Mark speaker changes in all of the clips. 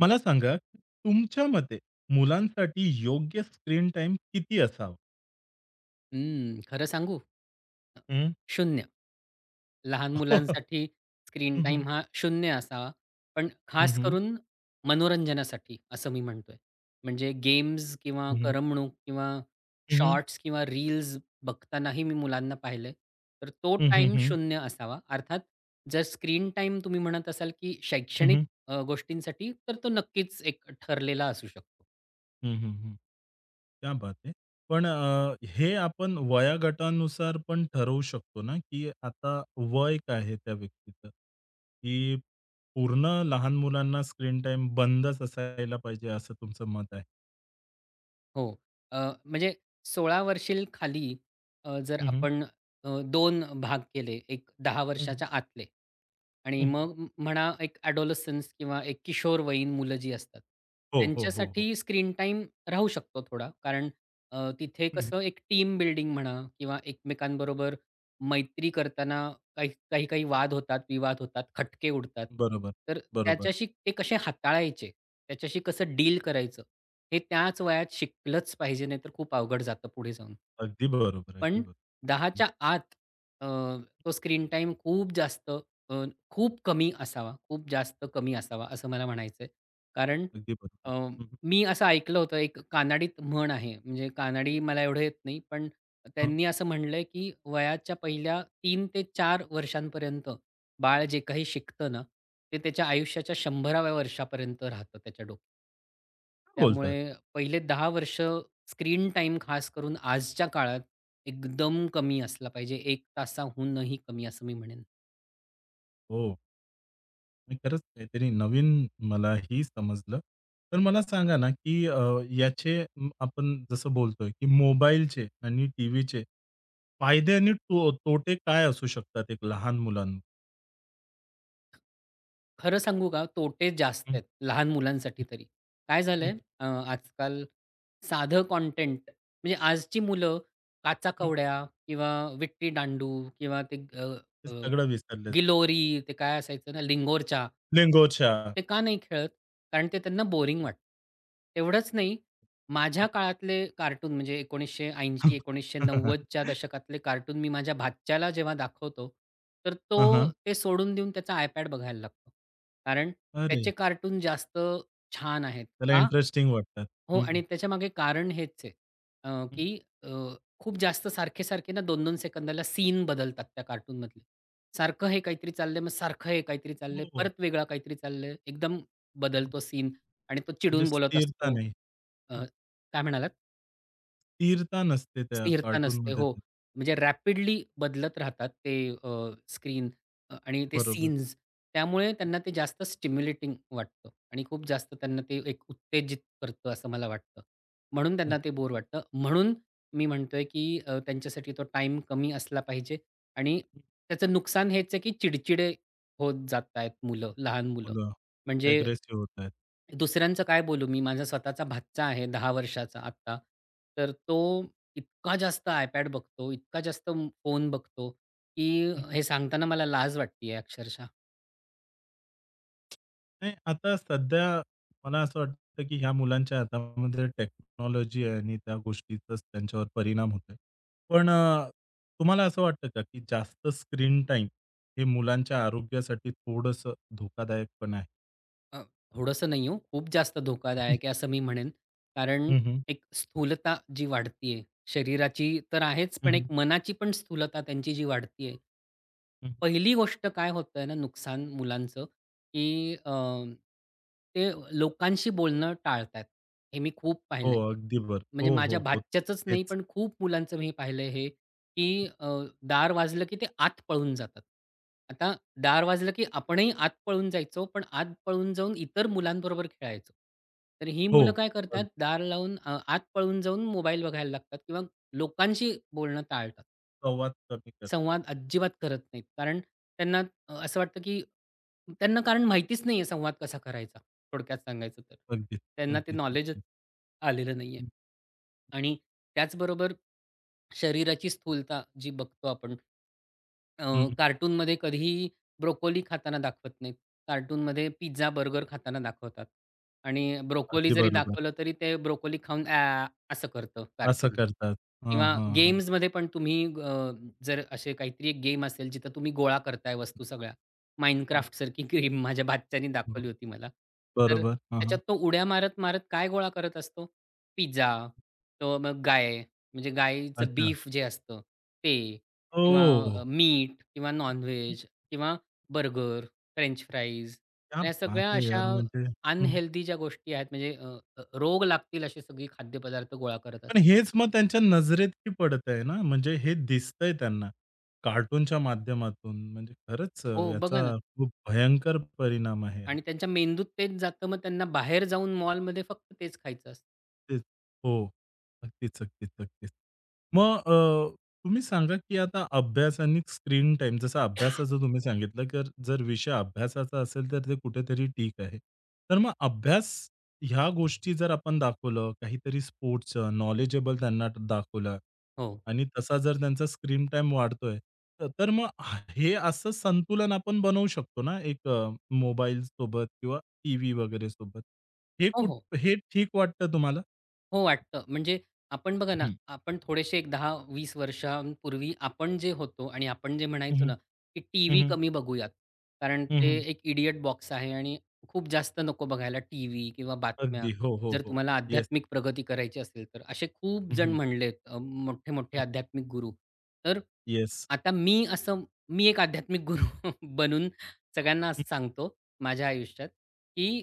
Speaker 1: मला सांगा, तुमच्या मते मुलांसाठी योग्य स्क्रीन टाइम किती असावा?
Speaker 2: हं, खरं सांगू? अ,
Speaker 1: हं.
Speaker 2: 0. लहान
Speaker 1: हं,
Speaker 2: मुलांसाठी स्क्रीन
Speaker 1: हं.
Speaker 2: टाईम हा 0 असावा. पण
Speaker 1: हं,
Speaker 2: खास
Speaker 1: हं.
Speaker 2: करून मनोरंजनासाठी असं मी म्हणतोय. म्हणजे गेम्स किंवा
Speaker 1: हं, हं.
Speaker 2: करमणूक किंवा
Speaker 1: हं, हं.
Speaker 2: शॉर्ट्स किंवा रील्स बघतानाही मी मुलांना पाहिलंय. तर तो
Speaker 1: हं, हं,
Speaker 2: टाईम
Speaker 1: हं.
Speaker 2: 0 असावा. अर्थात जर स्क्रीन टाईम तुम्ही म्हणत असाल, की शैक्षणिक गोष्टींसाठी तर तो नक्कीच एक ठरलेला असू शकतो.
Speaker 1: क्या बात है! पण हे आपण वयोगटानुसार पण ठरवू शकतो ना, की आता वय काय आहे त्या व्यक्तीचं? की पूर्ण लहान मुलांना स्क्रीन टाइम बंदच असायला पाहिजे असं तुमचं मत आहे?
Speaker 2: हो. म्हणजे 16 वर्षील खाली, जर
Speaker 1: हं, हं.
Speaker 2: आपण 2 भाग केले, एक 10
Speaker 1: हं,
Speaker 2: वर्षाच्या आतले, आणि
Speaker 1: हं.
Speaker 2: मग म्हणा एक एडोलसन्स किंवा एक किशोरवयीन मुलं जी असतात,
Speaker 1: हो, हो, हो, हो.
Speaker 2: त्यांच्यासाठी स्क्रीन टाईम राहू शकतो थोडा. कारण तिथे
Speaker 1: हं.
Speaker 2: कसं एक टीम बिल्डिंग म्हणा किंवा एकमेकांबरोबर मैत्री करताना काही काही काही वाद होतात, विवाद होतात, खटके उडतात.
Speaker 1: बरोबर,
Speaker 2: तर
Speaker 1: बरोबर.
Speaker 2: त्याच्याशी ते कसे हाताळायचे, त्याच्याशी कसं डील करायचं, हे त्याच वयात शिकलंच पाहिजे, नाहीतर खूप अवघड जातं पुढे जाऊन.
Speaker 1: अगदी बरोबर, अगदी
Speaker 2: पण
Speaker 1: बरोबर. हं,
Speaker 2: 10च्या आत अ, तो स्क्रीन टाईम खूप जास्त, अ, खूप कमी असावा. खूप जास्त कमी असावा, असं मला म्हणायचंय. कारण
Speaker 1: अगदी बरोबर.
Speaker 2: अ,
Speaker 1: हं, हं.
Speaker 2: मी असं ऐकलं होतं, एक कानाडीत
Speaker 1: हं.
Speaker 2: म्हण आहे. म्हणजे कानाडी मला एवढं येत नाही, पण
Speaker 1: अ,
Speaker 2: त्यांनी असं म्हटलंय, की वयाच्या पहिल्या 3 ते 4 वर्षांपर्यंत बाळ जे काही शिकतं ना, ते त्याच्या आयुष्याच्या 100व्या वर्षापर्यंत राहतं त्याच्या डोक्यात.
Speaker 1: काय बोलतात?
Speaker 2: त्यामुळे पहिले 10 वर्ष स्क्रीन टाईम खास करून आजच्या काळात एकदम कमी असला पाहिजे. 1 तासाहूनही कमी असं मी म्हणेन.
Speaker 1: हो, आणि खरंच काहीतरी नवीन मलाही समजलं. तर मला सांगा ना, की याचे आपण जसं बोलतोय, की मोबाईलचे आणि टीव्हीचे फायदे आणि तो तोटे काय असू शकतात एक लहान मुलांना?
Speaker 2: खरं सांगू का, तोटे जास्त
Speaker 1: हं,
Speaker 2: आहेत, लहान
Speaker 1: हं,
Speaker 2: मुलांसाठी तरी. काय
Speaker 1: हं,
Speaker 2: झालंय आजकाल साधं कंटेंट म्हणजे आजची मुलं काचा
Speaker 1: हं.
Speaker 2: कवड्या किंवा विट्टी दांडू किंवा ते अ,
Speaker 1: ते
Speaker 2: अ,
Speaker 1: सगळं विसरलेत.
Speaker 2: गिलोरी, ते काय असायचं ना लिंगोरच्या.
Speaker 1: लिंगोच्या.
Speaker 2: ते का नाही खेळत? कारण ते त्यांना बोरिंग वाटतं. तेवढंच नाही,
Speaker 1: हं.
Speaker 2: माझ्या काळातले कार्टून म्हणजे 1980-1990 च्या दशकातले कार्टून मी माझ्या भाच्याला जेव्हा दाखवतो, तर
Speaker 1: हां, हां.
Speaker 2: तो ते सोडून देऊन त्याचा iPad बघायला लागतो. कारण
Speaker 1: अरे,
Speaker 2: त्याचे कार्टून जास्त छान आहेत.
Speaker 1: त्याला
Speaker 2: का?
Speaker 1: इंटरेस्टिंग वाटतात.
Speaker 2: हो,
Speaker 1: हं, हं.
Speaker 2: आणि त्याच्यामागे कारण हेच आहे, की अ, खूप जास्त सारखे-सारखे ना 2-2 सेकंदाला सीन बदलतात त्या कार्टूनमधले. सारखं हे काहीतरी चाललंय, मग सारखं हे काहीतरी चाललंय,
Speaker 1: हो, हो.
Speaker 2: परत वेगळा काहीतरी चाललंय. एकदम बदलतो सीन आणि तो
Speaker 1: म्हणजे
Speaker 2: चिडून बोलत
Speaker 1: स्थिरता
Speaker 2: असतो.
Speaker 1: नाही.
Speaker 2: अ, काय म्हणालात?
Speaker 1: स्थिरता नसते त्या कार्टून
Speaker 2: स्थिरता नसते.
Speaker 1: कार्टूनमध्ये
Speaker 2: हो.
Speaker 1: तर.
Speaker 2: म्हणजे रॅपिडली बदलत राहतात ते स्क्रीन आणि ते
Speaker 1: बरोबर.
Speaker 2: सीन्स. त्यामुळे त्यांना ते जास्त स्टिम्युलेटिंग वाटतं आणि खूप जास्त त्यांना ते एक उत्तेजित करतं असं मला वाटतं. म्हणून त्यांना
Speaker 1: नक्की.
Speaker 2: ते बोर वाटतं. म्हणून मी म्हणतोय, की त्यांच्यासाठी तो टाइम कमी असला पाहिजे आणि त्याचं नुकसान हेच आहे, की चिडचिडे होत जात आहेत मुलं, लहान मुलं.
Speaker 1: मुलं
Speaker 2: म्हणजे
Speaker 1: अग्रेसिव्ह होतायत.
Speaker 2: दुसऱ्यांचं काय बोलू मी? माझा स्वतःचा भाचा आहे 10 वर्षाचा आत्ता. तर तो इतका जास्त iPad बघतो, इतका जास्त फोन बघतो, की
Speaker 1: हं.
Speaker 2: हे सांगताना मला लाज वाटते आहे अक्षरशः.
Speaker 1: नाही, आता सध्या मला असं वाटतं, की ह्या मुलांच्या हातामध्ये टेक्नॉलॉजी आहे आणि त्या गोष्टीचाच त्यांच्यावर परिणाम होतोय. पण तुम्हाला असं वाटतं का, की जास्त स्क्रीन टाईम हे मुलांच्या आरोग्यासाठी थोडंसं धोकादायक पण आहे?
Speaker 2: अ, थोडंसं नाही हो, खूप जास्त धोकादायक आहे असं मी म्हणेन. कारण
Speaker 1: हं, हं.
Speaker 2: एक स्थूलता जी वाढतीये, शरीराची तर आहेच,
Speaker 1: हं,
Speaker 2: पण
Speaker 1: हं.
Speaker 2: एक मनाची पण स्थूलता त्यांची जी वाढतीये.
Speaker 1: हं.
Speaker 2: पहिली गोष्ट काय होतंय ना नुकसान मुलांचं, की ते लोकांशी बोलणं टाळतायत. हे मी खूप
Speaker 1: हो,
Speaker 2: पाहिलंय.
Speaker 1: अगदी बरं.
Speaker 2: म्हणजे
Speaker 1: हो,
Speaker 2: माझ्या
Speaker 1: हो, हो.
Speaker 2: भाच्याचंच नाही,
Speaker 1: तेच.
Speaker 2: पण खूप मुलांचं मी पाहिलं हे, की दार वाजलं की ते आत पळून जातात. आता दार वाजलं की आपणही आत पळून जायचो, पण आत पळून जाऊन इतर मुलांबरोबर खेळायचो. तर ही
Speaker 1: हो.
Speaker 2: मुलं काय करतात,
Speaker 1: अग,
Speaker 2: दार लावून आत पळून जाऊन मोबाईल बघायला लागतात किंवा लोकांशी बोलणं टाळतात.
Speaker 1: संवाद कमी करतो.
Speaker 2: संवाद अजिबात करत नाहीत. कारण त्यांना असं वाटतं, की त्यांना कारण माहितीच नाहीये संवाद कसा करायचा, थोडक्यात सांगायचं तर.
Speaker 1: अगदीच,
Speaker 2: त्यांना ते
Speaker 1: अगदीच,
Speaker 2: नॉलेजच
Speaker 1: अगदीच.
Speaker 2: आलेलं नाहीये. आणि स्थूलता जी बघतो आपण, अ,
Speaker 1: हं, हं.
Speaker 2: कार्टूनमध्ये कधीही ब्रोकोली खाताना दाखवत नाहीत. कार्टूनमध्ये पिझ्झा, बर्गर खाताना दाखवतात आणि ब्रोकोली
Speaker 1: अगदी
Speaker 2: जरी
Speaker 1: बरोबर.
Speaker 2: दाखवलं तरी ते ब्रोकोली खाऊन "ॲ" असं करतं
Speaker 1: असं
Speaker 2: कार्टून.
Speaker 1: करतात. हां,
Speaker 2: किंवा
Speaker 1: हां, हां.
Speaker 2: गेम्समध्ये पण तुम्ही जर असे काहीतरी एक गेम असेल जिथं तुम्ही गोळा करताय वस्तू सगळ्या.
Speaker 1: हं,
Speaker 2: Minecraftसारखी गेम माझ्या बाच्च्यानी
Speaker 1: हं.
Speaker 2: दाखवली होती मला. तर
Speaker 1: बरोबर. हां,
Speaker 2: त्याच्यात
Speaker 1: हां.
Speaker 2: तो उड्या मारत-मारत काय गोळा करत असतो? पिझ्झा, तो मग गाय, म्हणजे गायीचं
Speaker 1: अच्छा.
Speaker 2: बीफ जे असतं ते. किंवा
Speaker 1: ओह!
Speaker 2: मीट किंवा नॉन-व्हेज किंवा बर्गर, फ्रेंच फ्राईज,
Speaker 1: क्या
Speaker 2: ह्या
Speaker 1: बात
Speaker 2: सगळ्या
Speaker 1: है
Speaker 2: अशा
Speaker 1: यार! म्हणजे हं, हं.
Speaker 2: अनहेल्दी ज्या गोष्टी आहेत म्हणजे अ, अ, रोग लागतील अशी सगळी खाद्यपदार्थ गोळा करत
Speaker 1: पण
Speaker 2: असतात.
Speaker 1: हेच मग त्यांच्या नजरेतही पडतंय ना, म्हणजे हे दिसतंय त्यांना कार्टूनच्या माध्यमातून. म्हणजे खरंच
Speaker 2: हो, बघा ना,
Speaker 1: याचा खूप भयंकर परिणाम आहे हा.
Speaker 2: आणि त्यांच्या मेंदूत तेच जातं, मग त्यांना बाहेर जाऊन मॉलमध्ये फक्त तेच खायचं असतं.
Speaker 1: तेच. हो. अगदीच, अगदीच, अगदीच. मग तुम्ही सांगा, की आता अभ्यास आणि स्क्रीन टाईम जसं अभ्यासाचं तुम्ही सांगितलं, तर जर विषय अभ्यासाचा असेल, तर ते कुठेतरी ठीक आहे. तर मग अभ्यास ह्या गोष्टी जर आपण दाखवलं, काहीतरी स्पोर्ट्सचं नॉलेजेबल त्यांना दाखवलं
Speaker 2: हो.
Speaker 1: आणि तसा जर त्यांचा स्क्रीन टाईम वाढतोय, तर तर मग हे असं संतुलन आपण बनवू शकतो ना, एक मोबाईलसोबत किंवा टीव्ही वगैरे सोबत. हे
Speaker 2: हो,
Speaker 1: कुठ
Speaker 2: हो.
Speaker 1: हे ठीक वाटतं तुम्हाला?
Speaker 2: हो, वाटतं. म्हणजे आपण बघा ना,
Speaker 1: हं,
Speaker 2: आपण थोडेसे एक 10-20 वर्षांपूर्वी आपण जे होतो आणि आपण जे
Speaker 1: हं,
Speaker 2: म्हणायचो
Speaker 1: हं,
Speaker 2: ना, की टीव्ही
Speaker 1: हं,
Speaker 2: कमी बघूयात. कारण
Speaker 1: हं,
Speaker 2: ते
Speaker 1: हं.
Speaker 2: एक इडियट बॉक्स आहे आणि खूप जास्त नको बघायला टीव्ही किंवा बातम्या.
Speaker 1: अगदी. हो, हो,
Speaker 2: जर
Speaker 1: हो.
Speaker 2: तुम्हाला
Speaker 1: येस.
Speaker 2: आध्यात्मिक प्रगती करायची असेल तर. असे खूप
Speaker 1: हं,
Speaker 2: जण
Speaker 1: हं,
Speaker 2: म्हणलेत, मोठे-मोठे
Speaker 1: हं.
Speaker 2: आध्यात्मिक गुरु. तर
Speaker 1: येस.
Speaker 2: आता मी एक आध्यात्मिक गुरु बनून सगळ्यांना असं
Speaker 1: हं.
Speaker 2: सांगतो माझ्या आयुष्यात, की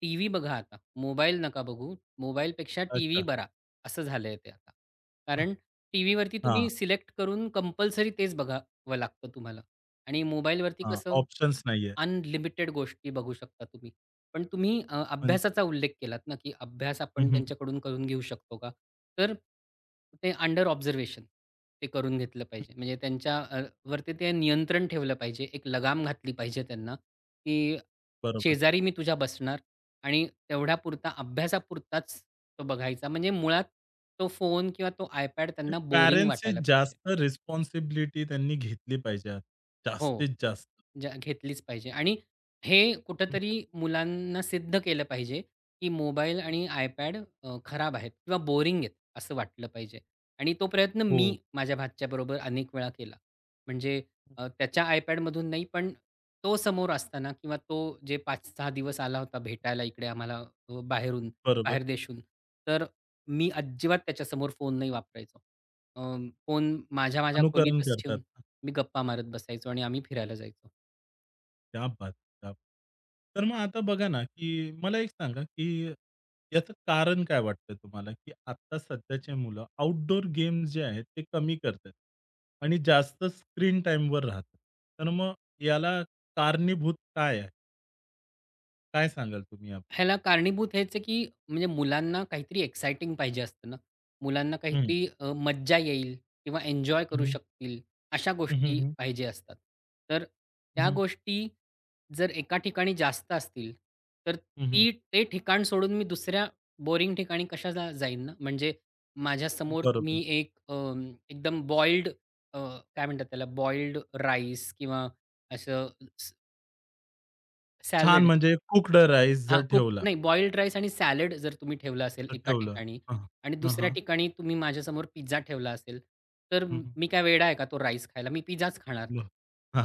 Speaker 2: टीव्ही बघा आता. मोबाईल नका बघू. मोबाईलपेक्षा टीव्ही
Speaker 1: अच्छा.
Speaker 2: बरा, असं झालंय ते आता.
Speaker 1: हं.
Speaker 2: कारण टीव्हीवरती
Speaker 1: हां,
Speaker 2: तुम्ही सिलेक्ट करून कंपल्सरी तेच बघावं लागतं तुम्हाला आणि मोबाईलवरती
Speaker 1: हां.
Speaker 2: कसं
Speaker 1: ऑप्शन्स नाहीये.
Speaker 2: अनलिमिटेड गोष्टी बघू शकता तुम्ही. पण तुम्ही
Speaker 1: पण
Speaker 2: अभ्यासाचा उल्लेख केलात ना, की अभ्यास
Speaker 1: हं,
Speaker 2: आपण
Speaker 1: हं.
Speaker 2: त्यांच्याकडून करून घेऊ शकतो का? तर ते अंडर ऑब्झर्वेशन ते करून घेतलं पाहिजे. म्हणजे त्यांच्या वरती ते नियंत्रण ठेवलं पाहिजे. एक लगाम घातली पाहिजे त्यांना, की
Speaker 1: बरोबर.
Speaker 2: "शेजारी मी तुझ्या बसणार. आणि तेवढ्यापुरता अभ्यासापुरताच तो बघायचा." म्हणजे मुळात तो फोन किंवा तो iPad
Speaker 1: म्हणजे
Speaker 2: त्यांना बोरिंग
Speaker 1: पॅरेंट्सची
Speaker 2: वाटायला पाहिजे.
Speaker 1: जास्त रिस्पॉन्सिबिलिटी त्यांनी घेतली पाहिजे.
Speaker 2: हो.
Speaker 1: जास्तीत जास्त.
Speaker 2: ज्या घेतलीच पाहिजे आणि हे
Speaker 1: हं,
Speaker 2: कुठेतरी मुलांना सिद्ध केलं पाहिजे, की मोबाईल
Speaker 1: हं.
Speaker 2: आणि iPad खराब आहेत किंवा बोरिंग आहेत असं वाटलं पाहिजे. आणि तो प्रयत्न
Speaker 1: हो,
Speaker 2: मी माझ्या भाच्याबरोबर अनेक वेळा केला. म्हणजे त्याच्या iPadमधून नाही, पण तो समोर असताना किंवा तो जे 5-6 दिवस आला होता भेटायला इकडे आम्हाला बाहेरून,
Speaker 1: बरोबर.
Speaker 2: बाहेर देशून, तर मी अजिबात त्याच्यासमोर फोन नाही वापरायचो. अ, फोन
Speaker 1: हो.
Speaker 2: माझ्या
Speaker 1: अनुकरण
Speaker 2: खोलीतच
Speaker 1: करतात.
Speaker 2: ठेवून मी गप्पा मारत बसायचो आणि आम्ही फिरायला जायचो.
Speaker 1: क्या बात! क्या बात. तर मग आता बघा ना, की मला एक सांगा, की याचं कारण काय वाटतं तुम्हाला, की आत्ता सध्याचे मुलं आउटडोर गेम्स जे आहेत ते कमी करतायत आणि जास्त स्क्रीन टाईमवर राहतात. तर मग याला कारणीभूत काय आहे? काय सांगाल तुम्ही याब
Speaker 2: ह्याला कारणीभूत हेच आहे, की म्हणजे मुलांना काहीतरी एक्साइटिंग पाहिजे असतं ना. मुलांना
Speaker 1: हं,
Speaker 2: काहीतरी मज्जा येईल किंवा एन्जॉय करू
Speaker 1: हं,
Speaker 2: शकतील अशा
Speaker 1: हं, हं,
Speaker 2: गोष्टी
Speaker 1: हं,
Speaker 2: पाहिजे असतात. तर त्या गोष्टी जर एका ठिकाणी जास्त असतील, तर ती ते ठिकाण सोडून मी दुसऱ्या बोरिंग ठिकाणी कशाला जाईन ना. म्हणजे माझ्यासमोर
Speaker 1: बरोबर.
Speaker 2: तुम्ही एक एकदम बॉइल्ड, काय म्हणतात त्याला, बॉइल्ड राईस किंवा असं
Speaker 1: छान,
Speaker 2: सॅलड,
Speaker 1: म्हणजे कुक्ड राईस
Speaker 2: हां,
Speaker 1: जर
Speaker 2: कुक
Speaker 1: ठेवला
Speaker 2: नाही बॉइल्ड राईस आणि सॅलड जर तुम्ही ठेवलं असेल
Speaker 1: तर
Speaker 2: एका
Speaker 1: ठेवलं.
Speaker 2: ठिकाणी
Speaker 1: हां,
Speaker 2: आणि
Speaker 1: हां,
Speaker 2: दुसऱ्या
Speaker 1: हां,
Speaker 2: ठिकाणी तुम्ही माझ्यासमोर पिझ्झा ठेवला असेल, तर
Speaker 1: हं, हं.
Speaker 2: मी काय वेडा आहे का तो राईस खायला? मी पिझ्झाच खाणार ना.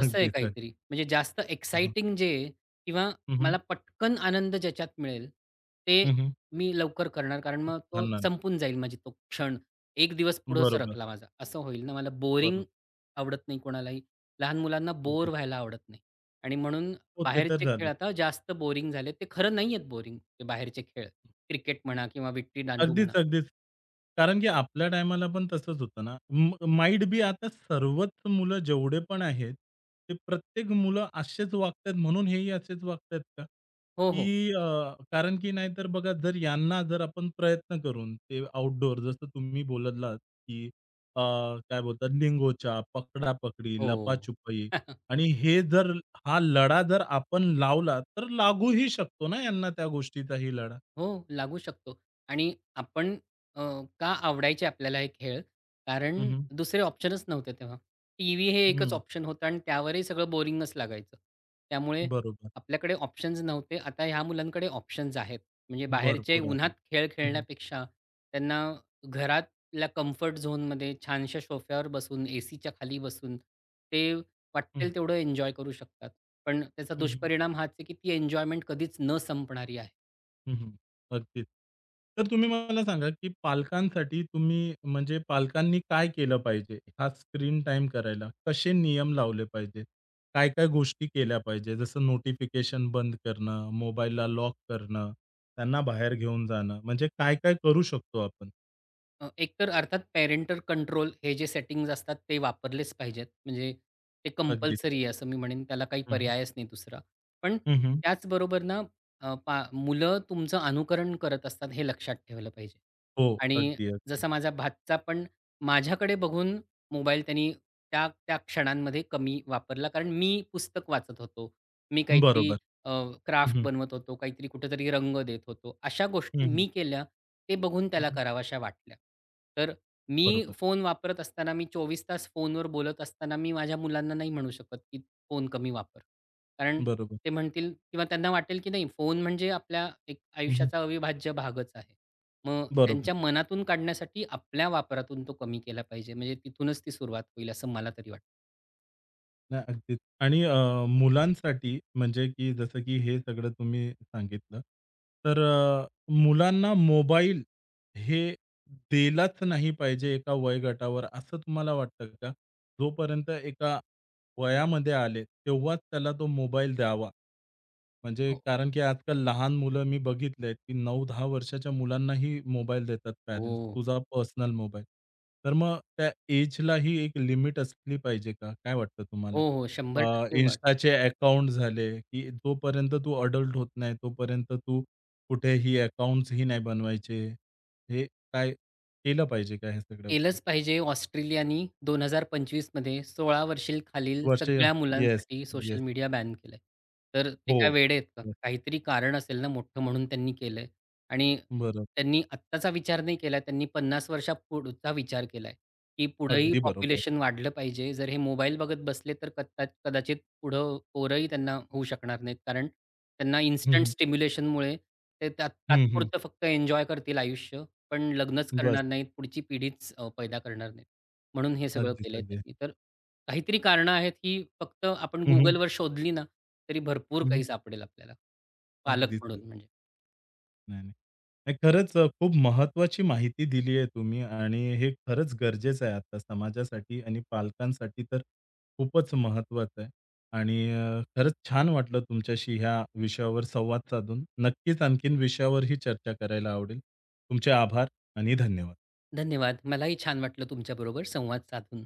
Speaker 2: तसं आहे
Speaker 1: अगदी.
Speaker 2: काहीतरी. म्हणजे जास्त
Speaker 1: हं, हं.
Speaker 2: एक्साइटिंग जे आहे किंवा
Speaker 1: हं, हं.
Speaker 2: मला पटकन आनंद ज्याच्यात मिळेल, ते
Speaker 1: हं,
Speaker 2: मी लवकर करणार. कारण मग तो संपून जाईल, म्हणजे तो क्षण. एक दिवस पुढं
Speaker 1: बरोबर.
Speaker 2: सरकला माझा, असं होईल ना. मला बोरिंग
Speaker 1: बरोबर.
Speaker 2: आवडत नाही कोणालाही. लहान मुलांना बोर
Speaker 1: अगदीच.
Speaker 2: व्हायला आवडत नाही आणि म्हणून
Speaker 1: हो, ते तर
Speaker 2: बाहेरचे
Speaker 1: झालं.
Speaker 2: खेळ आता जास्त बोरिंग झालेत. ते खरं नाही आहेत बोरिंग ते बाहेरचे खेळ. क्रिकेट म्हणा किंवा विट्टी दांडू
Speaker 1: अगदीच,
Speaker 2: म्हणा.
Speaker 1: अगदीच. कारण की आपल्या टायमाला पण तसंच होतं ना. म माइट बी आता सर्वच मुलं जेवढे पण आहेत, ते प्रत्येक मुलं असेच वागतात म्हणून हेही असेच वागतात का?
Speaker 2: हो,
Speaker 1: की
Speaker 2: हो.
Speaker 1: कारण की नाहीतर बघा जर यांना जर आपण प्रयत्न करून ते आउटडोअर जसं तुम्ही बोललात, की अ, काय बोलतात लिंगोचा, पकडापकडी,
Speaker 2: हो.
Speaker 1: लपाछुपी आणि हे जर हा लढा जर आपण लावला, तर लागूही शकतो ना यांना त्या गोष्टीचाही लढा.
Speaker 2: हो, लागू शकतो. आणि आपण, अ, का आवडायचे आपल्याला हे खेळ? कारण
Speaker 1: हं, हं.
Speaker 2: दुसरे ऑप्शनच नव्हते तेव्हा. टीव्ही हे एकच ऑप्शन होतं आणि त्यावरही सगळं बोरिंगच लागायचं. त्यामुळे
Speaker 1: बरोबर.
Speaker 2: आपल्याकडे ऑप्शन्स नव्हते. आता ह्या मुलांकडे ऑप्शन्स आहेत. म्हणजे बाहेरचे
Speaker 1: भरपूर आहे.
Speaker 2: उन्हात खेळ
Speaker 1: हं, हं.
Speaker 2: खेळण्यापेक्षा त्यांना घरातल्या कम्फर्ट झोनमध्ये छानशा सोफ्यावर बसून, एसीच्या खाली बसून ते
Speaker 1: हं,
Speaker 2: वाट्टेल तेवढं एन्जॉय करू शकतात. पण त्याचा
Speaker 1: हं, हं.
Speaker 2: दुष्परिणाम हाच आहे की ती एन्जॉयमेंट कधीच न संपणारी आहे.
Speaker 1: हं, हं. अगदीच. तर तुम्ही मला सांगा, की पालकांसाठी तुम्ही म्हणजे पालकांनी काय केलं पाहिजे? हा स्क्रीन टाईम करायला कसे नियम लावले पाहिजेत? काय-काय गोष्टी केल्या पाहिजे? जसं नोटिफिकेशन बंद करणं, मोबाईलला लॉक करणं, त्यांना बाहेर घेऊन जाणं, म्हणजे काय-काय करू शकतो आपण?
Speaker 2: एकतर अर्थात पॅरेंटल कंट्रोल हे जे सेटिंग्ज असतात ते वापरलेच पाहिजेत. म्हणजे ते
Speaker 1: अगदीच.
Speaker 2: कंपल्सरी आहे असं मी म्हणेन. त्याला काही
Speaker 1: हं, हं.
Speaker 2: पर्यायच नाही दुसरा. पण त्याचबरोबर ना अ, पा मुलं तुमचं अनुकरण करत असतात हे लक्षात ठेवलं पाहिजे.
Speaker 1: हो.
Speaker 2: आणि
Speaker 1: अगदी, अगदी.
Speaker 2: जसा माझा भातचा पण माझ्याकडे बघून मोबाईल त्यानी त्या क्षणांमध्ये कमी वापरला. कारण मी पुस्तक वाचत होतो. मी काहीतरी
Speaker 1: बरोबर.
Speaker 2: अ,
Speaker 1: हं,
Speaker 2: क्राफ्ट
Speaker 1: हं.
Speaker 2: बनवत होतो. काहीतरी कुठेतरी रंग देत होतो. अशा गोष्टी
Speaker 1: हं,
Speaker 2: मी केल्या, ते बघून त्याला कराव्याशा वाटल्या. तर मी
Speaker 1: बरोबर,
Speaker 2: फोन वापरत असताना, मी 24 तास फोनवर बोलत असताना, मी माझ्या मुलांना नाही म्हणू शकत, की फोन कमी वापर. कारण
Speaker 1: बरोबर.
Speaker 2: ते म्हणतील किंवा त्यांना वाटेल की नाही, फोन म्हणजे आपल्या एक
Speaker 1: हं,
Speaker 2: आयुष्याचा अविभाज्य भागच आहे. मग
Speaker 1: बरोबर.
Speaker 2: त्यांच्या मनातून काढण्यासाठी आपल्या वापरातून तो कमी केला पाहिजे. म्हणजे तिथूनच ती सुरुवात होईल असं मला तरी वाटतं.
Speaker 1: नाही, अगदीच. आणि मुलांसाठी म्हणजे की जसं की हे सगळं तुम्ही सांगितलं. तर मुलांना मोबाईल हे दिलाच नाही पाहिजे एका वयोगटावर असं तुम्हाला वाटतं का? जोपर्यंत एका वयामध्ये आले, तेव्हाच त्याला तो मोबाईल द्यावा. म्हणजे
Speaker 2: हो,
Speaker 1: कारण की आजकाल लहान मुलं मी बघितलेत, की 9-10 वर्षाच्या मुलांनाही मोबाईल देतात पॅरेंट्स,
Speaker 2: हो.
Speaker 1: तुझा पर्सनल मोबाईल. तर मग त्या एजलाही एक लिमिट असली पाहिजे का? काय वाटतं तुम्हाला?
Speaker 2: हो, हो.
Speaker 1: अ,
Speaker 2: 100%
Speaker 1: Instaचे अकाउंट झाले, की जोपर्यंत तू अडल्ट होत नाही, तोपर्यंत तू कुठेही अकाउंट्सही नाही बनवायचे. हे काय केलं पाहिजे का ह्या सगळ्या गोष्टी?
Speaker 2: केलंच पाहिजे. ऑस्ट्रेलियानी 2025 मध्ये 16 वर्षीय खालील
Speaker 1: वर्ष
Speaker 2: सगळ्या, हं,
Speaker 1: येस,
Speaker 2: मुलांसाठी सोशल
Speaker 1: येस.
Speaker 2: मीडिया बॅन केलंय. तर ते
Speaker 1: हो.
Speaker 2: काय वेडे आहेत का? काहीतरी कारण असेल ना मोठं म्हणून त्यांनी केलंय. आणि
Speaker 1: बरोबर.
Speaker 2: त्यांनी आत्ताचा विचार नाही केलाय. त्यांनी 50 वर्षापुढचा विचार केलाय, की पुढेही
Speaker 1: अगदी बरोबर.
Speaker 2: पॉप्युलेशन वाढलं पाहिजे. जर हे मोबाईल बघत बसले तर कदाचित पुढं पोरंही त्यांना होऊ शकणार नाहीत. कारण त्यांना
Speaker 1: हं,
Speaker 2: इन्स्टंट
Speaker 1: हं.
Speaker 2: स्टिम्युलेशनमुळे ते
Speaker 1: हं, हं.
Speaker 2: तात्पुरतं फक्त एन्जॉय करतील आयुष्य, पण लग्नच
Speaker 1: बस.
Speaker 2: करणार नाहीत, पुढची पिढीच पैदा करणार नाहीत. म्हणून हे सगळं
Speaker 1: अगदीच,
Speaker 2: केलंय
Speaker 1: अगदीच.
Speaker 2: त्यांनी. तर काहीतरी कारणं आहेत, ही फक्त आपण
Speaker 1: हं, हं.
Speaker 2: Googleवर शोधली ना, तरी भरपूर
Speaker 1: हं, हं.
Speaker 2: काही सापडेल आपल्याला, पालक
Speaker 1: अगदीच.
Speaker 2: म्हणून म्हणजे.
Speaker 1: नाही, नाही. नाही, खरंच खूप महत्त्वाची माहिती दिली आहे तुम्ही आणि हे खरंच गरजेचं आहे आता समाजासाठी आणि पालकांसाठी तर खूपच महत्त्वाचं आहे. आणि खरंच छान वाटलं तुमच्याशी ह्या विषयावर संवाद साधून. नक्कीच आणखीन विषयावरही चर्चा करायला आवडेल. तुमचे आभार आणि धन्यवाद.
Speaker 2: धन्यवाद. मलाही छान वाटलं तुमच्याबरोबर संवाद साधून.